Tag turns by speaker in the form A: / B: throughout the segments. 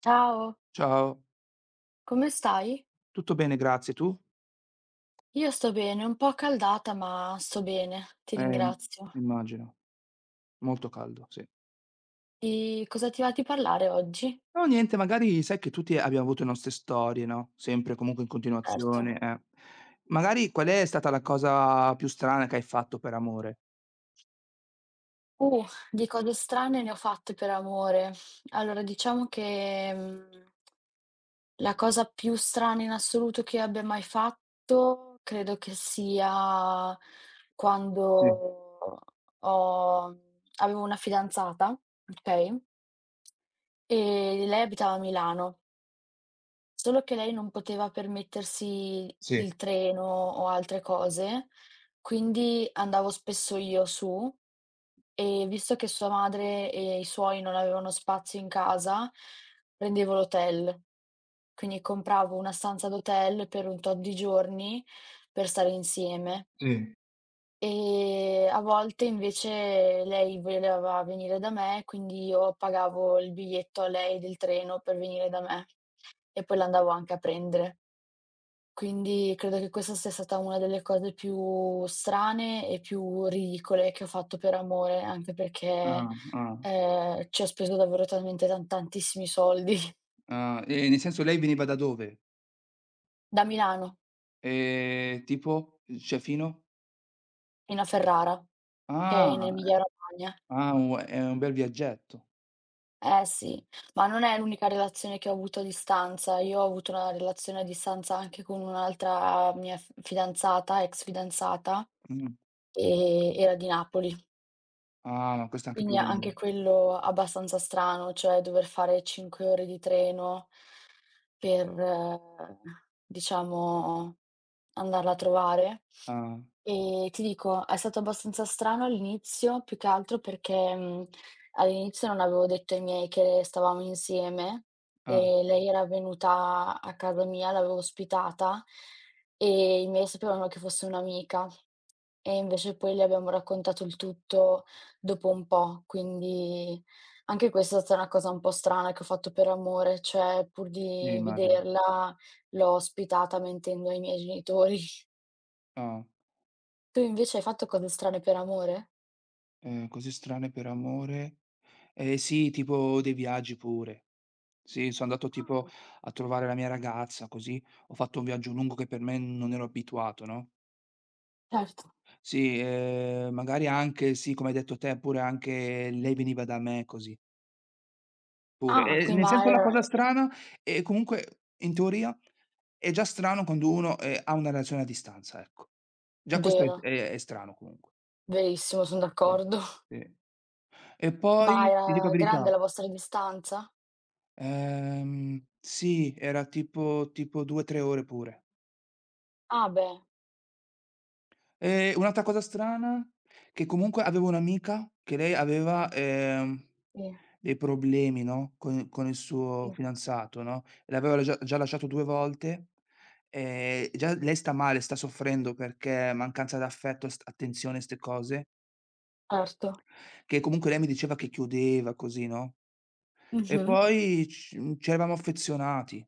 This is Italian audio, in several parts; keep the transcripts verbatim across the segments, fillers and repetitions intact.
A: Ciao,
B: Ciao,
A: come stai?
B: tutto bene grazie, tu?
A: Io sto bene, un po' accaldata, ma sto bene, ti
B: Ehm,
A: ringrazio.
B: Immagino, molto caldo, sì.
A: Di cosa ti va di parlare oggi?
B: No niente, magari sai che tutti abbiamo avuto le nostre storie, no, sempre comunque in
A: Certo.
B: continuazione, eh. Magari qual è stata la cosa più strana che hai fatto per amore?
A: Uh, di cose strane ne ho fatte per amore. Allora, diciamo che mm, la cosa più strana in assoluto che abbia mai fatto credo che sia
B: Sì,
A: quando ho- avevo una fidanzata, ok? E lei abitava a Milano. Solo che lei non poteva permettersi
B: sì,
A: il treno o altre cose, quindi andavo spesso io su e visto che sua madre e i suoi non avevano spazio in casa, prendevo l'hotel. Quindi compravo una stanza d'hotel per un tot di giorni per stare insieme.
B: sì.
A: E a volte invece lei voleva venire da me, quindi io pagavo il biglietto a lei del treno per venire da me e poi l'andavo anche a prendere. Quindi credo che questa sia stata una delle cose più strane e più ridicole che ho fatto per amore, anche perché,
B: Ah, ah,
A: ehm, ci ho speso davvero talmente tan tantissimi soldi
B: ah, e nel senso lei veniva da dove?
A: da Milano
B: Ehm, tipo? Cioè fino?
A: fino a Ferrara, che è in
B: Ah,
A: Emilia Romagna.
B: ah u è un bel viaggetto.
A: Eh sì, ma non è l'unica relazione che ho avuto a distanza. Io ho avuto una relazione a distanza anche con un'altra mia f fidanzata, ex fidanzata,
B: Mh.
A: e era di Napoli.
B: Ah, ma questo è anche più
A: Quindi
B: lungo.
A: anche quello abbastanza strano, cioè dover fare cinque ore di treno per, eh, diciamo, andarla a trovare.
B: Ah,
A: Ehm, ti dico, è stato abbastanza strano all'inizio, più che altro perché, mhmm, all'inizio non avevo detto ai miei che stavamo insieme
B: ah,
A: e lei era venuta a casa mia, l'avevo ospitata e i miei sapevano che fosse un'amica e invece poi le abbiamo raccontato il tutto dopo un po', quindi anche questa è stata una cosa un po' strana che ho fatto per amore, cioè pur
B: sì,
A: di
B: immagino.
A: vederla l'ho ospitata mentendo ai miei genitori.
B: Ah.
A: Tu invece hai fatto cose strane per amore?
B: Ehm, cose strane per amore? Ehm, sì, tipo dei viaggi pure. Sì, so' andato tipo
A: Ah.
B: a trovare la mia ragazza, così ho fatto un viaggio lungo che per me non ero abituato, no,
A: Certo.
B: sì, ehm, magari anche sì, come hai detto te, pure anche lei veniva da me così, pure.
A: Ah,
B: Ehm,
A: qui
B: nel
A: ma
B: senso la
A: era
B: cosa strana è comunque in teoria è già strano quando uno, ehm, ha una relazione a distanza, ecco. Già questo è
A: vero,
B: è è strano comunque.
A: verissimo, son
B: Sì,
A: d'accordo.
B: sì. E
A: Ma
B: poi ti dico la
A: era grande la
B: verità.
A: vostra distanza?
B: Ehm, sì, era tipo tipo due, tre ore pure.
A: Ah beh,
B: E un'altra cosa strana, che comunque avevo un'amica che lei aveva, ehm,
A: sì,
B: dei problemi, no, con con il suo
A: sì,
B: fidanzato, no, l'aveva già già lasciato due volte, ehm, già lei sta male, sta soffrendo perché mancanza d'affetto, st attenzione, 'ste cose,
A: certo.
B: che comunque lei mi diceva che chiudeva così, no, e
A: Mh-mh.
B: poi c mhmm, ci eravamo affezionati.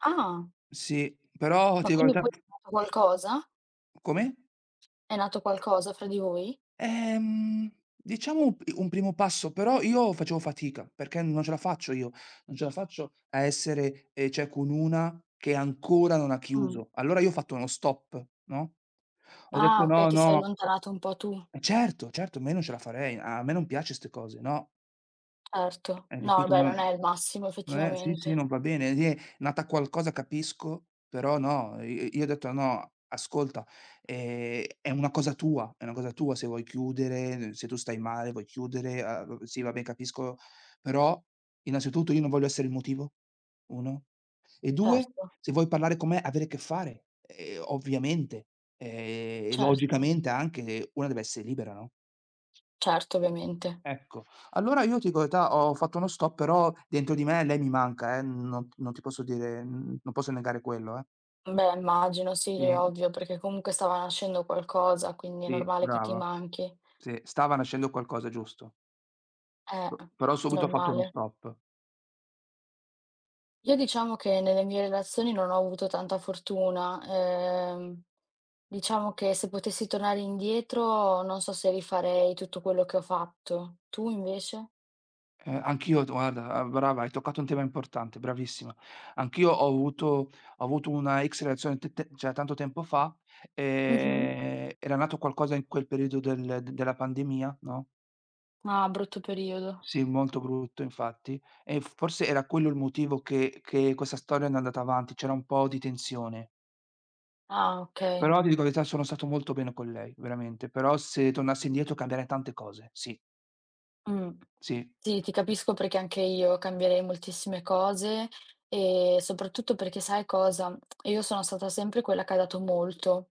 A: Ah,
B: Sì, però ti
A: ma
B: dico la
A: quindi poi
B: verità.
A: è nato qualcosa?
B: Come?
A: È nato qualcosa fra di voi?
B: Ehm, diciamo un p un primo passo, però io facevo fatica, perché non ce la faccio io, non ce la faccio a essere, ehm, cioè con una che ancora non ha
A: Mh.
B: chiuso. Allora io ho fatto uno stop, no, ho detto:
A: Ah, okay,
B: "No,
A: ti sei
B: no."
A: allontanato un po' tu,
B: Eh certo, certo, me non ce la farei, a me non piace 'ste cose, no,
A: certo.
B: hai
A: No,
B: capito?
A: beh,
B: Non
A: non è il massimo
B: non è, sì, sì,
A: effettivamente.
B: non va bene. Sì, è nata qualcosa capisco, però no, i io ho detto: "No, ascolta, ehm, è una cosa tua, è una cosa tua se vuoi chiudere, se tu stai male, vuoi chiudere, a v sì, va bene, capisco, però innanzitutto io non voglio essere il motivo, uno, e due,
A: Certo,
B: se vuoi parlare con me, avere a che fare, ehm, ovviamente, ehm, e
A: certo,
B: logicamente anche una deve essere libera, no?"
A: certo, ovviamente.
B: Ecco, allora io ti dico la verità, ho fatto uno stop, però dentro di me lei mi manca, eh, non non ti posso dire n non posso negare quello, eh.
A: Beh, immagino, sì,
B: Sì,
A: ovvio, perché comunque stava nascendo qualcosa, quindi è
B: sì,
A: normale che ti
B: brava.
A: manchi.
B: Sì, stava nascendo qualcosa, giusto.
A: Eh,
B: P però subito ho fatto uno
A: normale.
B: stop.
A: Io diciamo che nelle mie relazioni non ho avuto tanta fortuna. Ehm, diciamo che se potessi tornare indietro, non so se rifarei tutto quello che ho fatto. Tu invece?
B: Eh, anch'io t guarda, ah, brava, hai toccato un tema importante, bravissima. Anch'io ho avuto ho avuto una ex relazione t t cioè tanto tempo fa,
A: Mh-mh.
B: ehm, era nato qualcosa in quel periodo del d della pandemia, no?
A: Ah, brutto periodo.
B: Sì, molto brutto infatti. E forse era quello il motivo che che questa storia non è andata avanti, c'era un po' di tensione.
A: Ah, okay.
B: Però ti dico la verità, sono stato molto bene con lei, veramente. Però se tornassi indietro cambierei tante cose. Sì,
A: Mh.
B: sì.
A: Sì, ti capisco perché anche io cambierei moltissime cose e soprattutto perché sai cosa? Io sono stata sempre quella che ha dato molto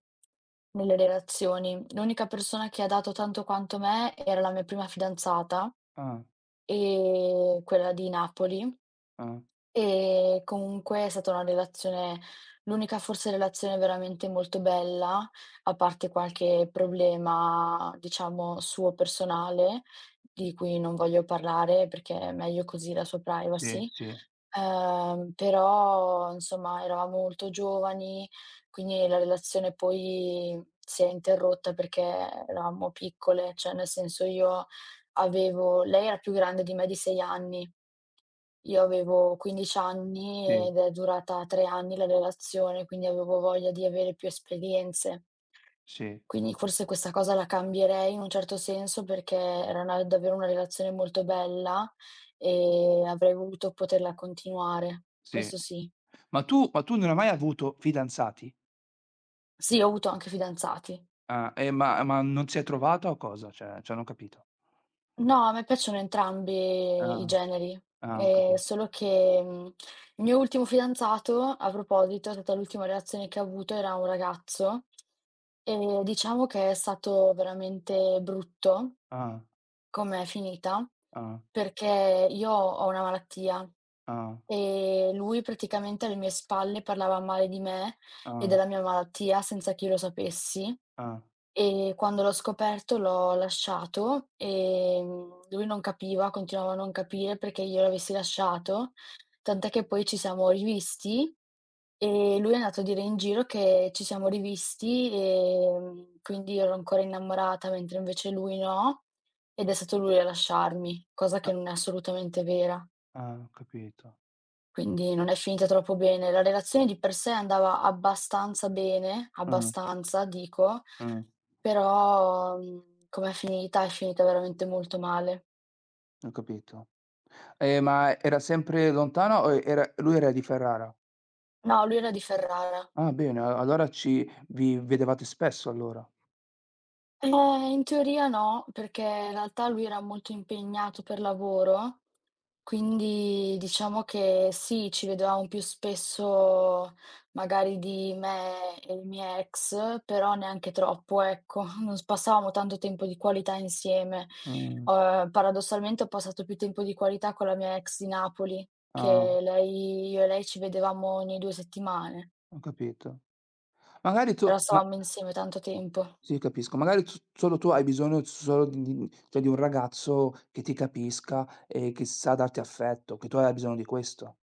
A: nelle relazioni. L'unica persona che ha dato tanto quanto me era la mia prima fidanzata
B: Ah,
A: e quella di Napoli.
B: ah.
A: E comunque è stata una relazione l'unica forse relazione veramente molto bella, a parte qualche problema, diciamo, suo personale, di cui non voglio parlare perché è meglio così la sua
B: Sì,
A: privacy.
B: sì,
A: Ehm, però insomma eravamo molto giovani, quindi la relazione poi si è interrotta perché eravamo piccole, cioè nel senso io avevo lei era più grande di me di sei anni. Io avevo quindici anni
B: sì,
A: ed è durata tre anni la relazione, quindi avevo voglia di avere più esperienze.
B: sì,
A: Quindi forse questa cosa la cambierei in un certo senso perché era una davvero una relazione molto bella e avrei voluto poterla continuare,
B: sì.
A: questo sì.
B: Ma tu ma tu non hai mai avuto fidanzati?
A: Sì, ho avuto anche fidanzati.
B: Ah, e ma ma non si è trovata o cosa? Cioè cioè non ho capito.
A: No, a me piacciono entrambi i
B: Ah,
A: generi,
B: ah, ho
A: ehm,
B: capito.
A: solo che, mhmm, il mio ultimo fidanzato, a proposito, è stata l'ultima relazione che ho avuto, era un ragazzo, e diciamo che è stato veramente brutto.
B: Ah,
A: Com'è finita?
B: ah,
A: Perché io ho una malattia
B: ah,
A: e lui praticamente alle mie spalle parlava male di me e
B: ah,
A: della mia malattia senza che io lo sapessi
B: ah,
A: e quando l'ho scoperto l'ho lasciato, ehm, lui non capiva, continuava a non capire perché io l'avessi lasciato, tant'è che poi ci siamo rivisti e lui è andato a dire in giro che ci siamo rivisti, ehm, quindi io ero ancora innamorata, mentre invece lui no. Ed è stato lui a lasciarmi, cosa che
B: ah,
A: non è assolutamente vera,
B: ah, ho capito.
A: quindi non è finita troppo bene. La relazione di per sé andava abbastanza bene,
B: Mh,
A: abbastanza dico,
B: mh,
A: però, mhmm, com'è finita, è finita veramente molto male.
B: ho capito. Ehm, ma era sempre lontano o era lui era di Ferrara?
A: No, lui era di Ferrara.
B: Ah bene, a allora ci vi vedevate spesso allora.
A: Eh, in teoria no, perché in realtà lui era molto impegnato per lavoro. Quindi diciamo che sì, ci vedevamo più spesso magari di me e i miei ex, però neanche troppo, ecco. Non s Passavamo tanto tempo di qualità insieme.
B: Mh,
A: Uhm, paradossalmente ho passato più tempo di qualità con la mia ex di Napoli,
B: ah,
A: che lei io e lei ci vedevamo ogni due settimane,
B: ho capito. Magari tu
A: però
B: ma
A: stavamo insieme tanto tempo.
B: Sì, capisco, magari s solo tu hai bisogno solo di di cioè di un ragazzo che ti capisca e che sa darti affetto, che tu hai bisogno di questo.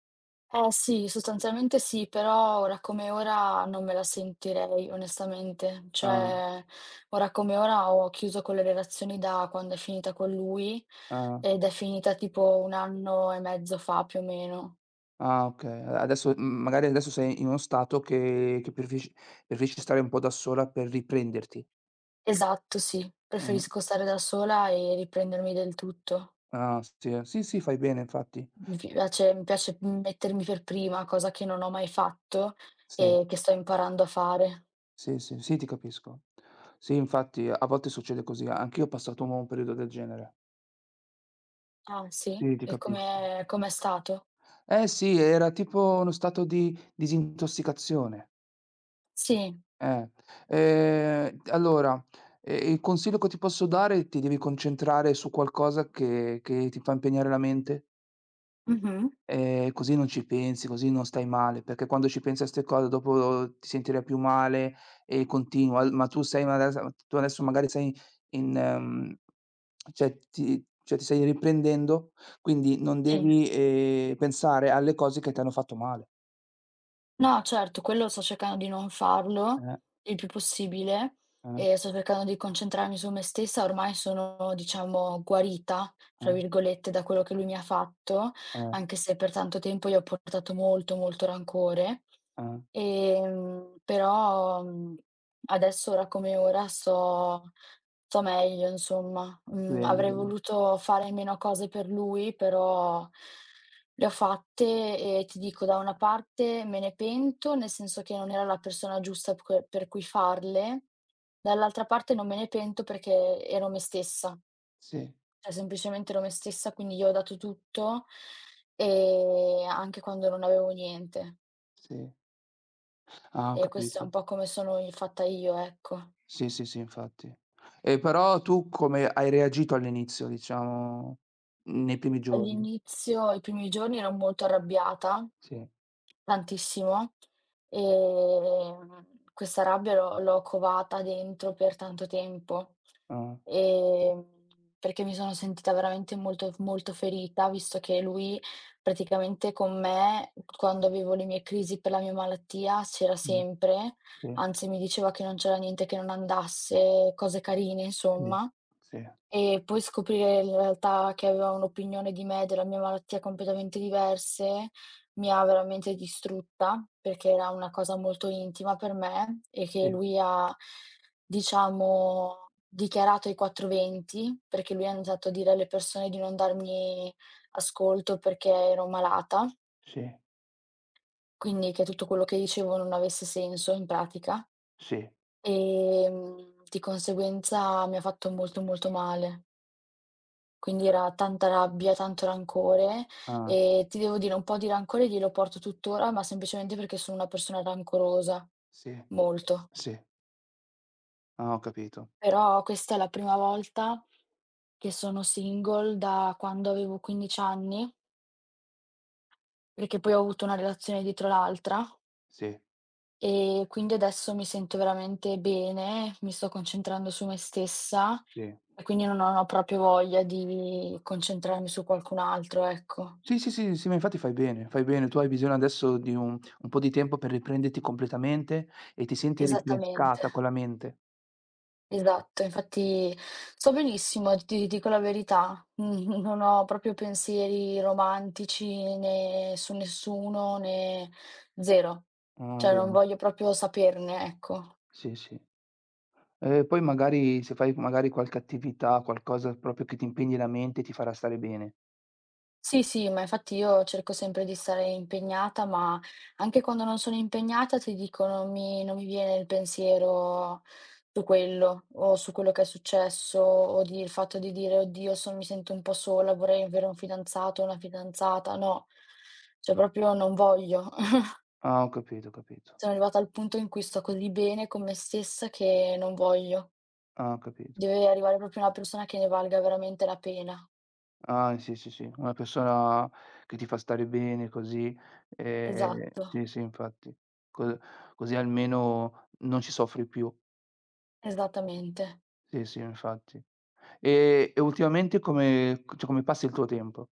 A: Eh sì, sostanzialmente sì, però ora come ora non me la sentirei onestamente,
B: Ah,
A: cioè ora come ora ho chiuso con le relazioni da quando è finita con lui
B: ah,
A: ed è finita tipo un anno e mezzo fa più o meno.
B: ah, okay. A adesso m Magari adesso sei in uno stato che che preferisci preferisci stare un po' da sola per riprenderti.
A: Esatto, sì,
B: Mh.
A: preferisco stare da sola e riprendermi del tutto.
B: Ah, sì, eh. Sì, sì, fai bene infatti.
A: Mi piace mi piace mettermi per prima, cosa che non ho mai fatto
B: Sì,
A: e che sto imparando a fare.
B: sì, sì, sì, ti capisco. Sì, infatti a volte succede così. Anch'io ho passato un un periodo del genere.
A: Ah sì?
B: Sì, ti
A: E come
B: capisco.
A: com'è com'è stato?
B: Eh sì, era tipo uno stato di disintossicazione.
A: Sì.
B: Eh. Ehm, allora, ehm, il consiglio che ti posso dare: ti devi concentrare su qualcosa che che ti fa impegnare la mente.
A: Mh-mh.
B: Ehm, così non ci pensi, così non stai male, perché quando ci pensi a 'ste cose dopo oh, ti sentirai più male e continua. Al ma tu sei ma adesso- tu adesso magari sei in mhmm, cioè ti cioè ti stai riprendendo, quindi non
A: Sì.
B: devi, ehm, pensare alle cose che ti hanno fatto male.
A: No, certo, quello sto cercando di non farlo
B: Eh,
A: il più possibile
B: eh,
A: e sto cercando di concentrarmi su me stessa. Ormai sono, diciamo, "guarita", fra
B: eh,
A: virgolette, da quello che lui mi ha fatto,
B: eh,
A: anche se per tanto tempo gli ho portato molto, molto rancore.
B: eh.
A: Ehm, però, mhmm. Adesso, ora come ora, sto sto meglio insomma. Mhmm,
B: Bene,
A: avrei
B: bene.
A: voluto fare meno cose per lui, però le ho fatte e ti dico, da una parte me ne pento, nel senso che non era la persona giusta p que per cui farle, dall'altra parte non me ne pento perché ero me stessa,
B: Sì,
A: cioè semplicemente ero me stessa, quindi io ho dato tutto, ehm, anche quando non avevo niente.
B: sì. Ah, ho
A: E questo è
B: capito.
A: un po' come sono i fatta io, ecco.
B: Sì, sì, sì, infatti. E però tu come hai reagito all'inizio, diciamo, nei primi giorni?
A: All'inizio, i primi giorni ero molto arrabbiata,
B: Sì,
A: tantissimo, ehm, questa rabbia l'ho l'ho covata dentro per tanto tempo,
B: ah,
A: ehm, perché mi sono sentita veramente molto molto ferita, visto che lui praticamente con me, quando avevo le mie crisi per la mia malattia, c'era
B: sì,
A: sempre,
B: sì,
A: anzi mi diceva che non c'era niente che non andasse, cose carine
B: sì,
A: insomma.
B: sì,
A: E poi scoprire in realtà che aveva un'opinione di me e della mia malattia completamente diverse, mi ha veramente distrutta, perché era una cosa molto intima per me e che
B: sì,
A: lui ha, diciamo, dichiarato ai quattrocentoventi, perché lui ha iniziato a dire alle persone di non darmi ascolto perché ero malata,
B: sì,
A: quindi che tutto quello che dicevo non avesse senso in pratica.
B: sì,
A: Ehm, di conseguenza mi ha fatto molto, molto male. Quindi era tanta rabbia, tanto rancore
B: ah,
A: e ti devo dire un po' di rancore glielo porto tuttora, ma semplicemente perché sono una persona rancorosa,
B: sì,
A: molto.
B: sì, ah, ho capito.
A: Però questa è la prima volta che sono single da quando avevo quindici anni, perché poi ho avuto una relazione dietro l'altra
B: Sì,
A: e quindi adesso mi sento veramente bene, mi sto concentrando su me stessa
B: sì.
A: e quindi non non ho proprio voglia di concentrarmi su qualcun altro, ecco.
B: Sì, sì, sì, sì, ma infatti fai bene, fai bene. Tu hai bisogno adesso di un un po' di tempo per riprenderti completamente e ti senti
A: Esattamente.
B: rinfrescata con la mente.
A: Esatto, infatti sto benissimo, ti dico la verità. Mh-mh, non ho proprio pensieri romantici né su nessuno, né zero.
B: Ah,
A: Cioè non
B: bene,
A: voglio proprio saperne, ecco.
B: sì, sì. E poi magari se fai magari qualche attività, qualcosa proprio che ti impegni la mente, ti farà stare bene.
A: Sì, sì, ma infatti io cerco sempre di stare impegnata, ma anche quando non sono impegnata, ti dico, non mi non mi viene il pensiero su quello, o su quello che è successo, o di il fatto di dire: "Oddio, son mi sento un po' sola, vorrei avere un fidanzato o una fidanzata." No, cioè proprio non voglio.
B: Ah, ho capito, ho capito.
A: Sono arrivata al punto in cui sto così bene con me stessa che non voglio.
B: Ah, ho capito.
A: Deve arrivare proprio una persona che ne valga veramente la pena.
B: Ah, sì, sì, sì, una persona che ti fa stare bene così, ehm
A: Esatto,
B: sì, sì, infatti. Co Così almeno non ci soffri più.
A: esattamente.
B: Sì, sì, infatti. E e ultimamente come c cioè come passi il tuo tempo?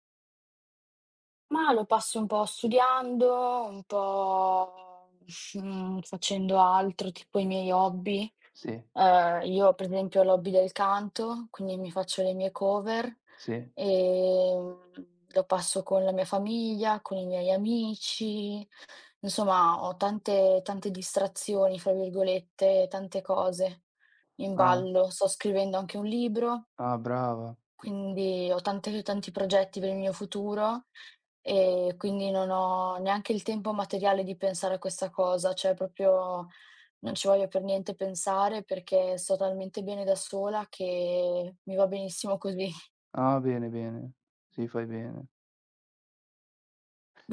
A: Ma lo passo un po' studiando, un po', mhmm, facendo altro, tipo i miei hobby.
B: Sì,
A: Ehm, io per esempio ho l'hobby del canto, quindi mi faccio le mie cover,
B: sì.
A: ehm, lo passo con la mia famiglia, con i miei amici, insomma ho tante tante "distrazioni", fra virgolette, tante cose in
B: Ah,
A: ballo. Sto scrivendo anche un libro.
B: ah brava.
A: Quindi ho tante tanti progetti per il mio futuro e quindi non ho neanche il tempo materiale di pensare a questa cosa, cioè proprio non ci voglio per niente pensare perché sto talmente bene da sola che mi va benissimo così.
B: Ah, bene, bene. Sì, fai bene.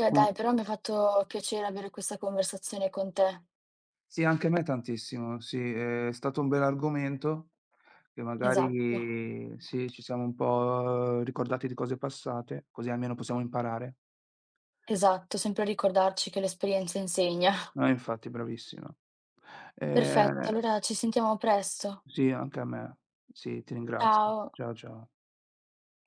A: Beh
B: Com
A: dai, però mi ha fatto piacere avere questa conversazione con te.
B: Sì, anche a me tantissimo, sì, è stato un bell'argomento che
A: Esatto,
B: magari sì, ci siamo un po' ricordati di cose passate, così almeno possiamo imparare.
A: esatto, sempre ricordarci che l'esperienza insegna.
B: No, infatti, bravissima.
A: Perfetto,
B: Ehm,
A: allora ci sentiamo presto.
B: sì, anche a me. Sì, ti ringrazio.
A: Ciao.
B: Ciao, ciao.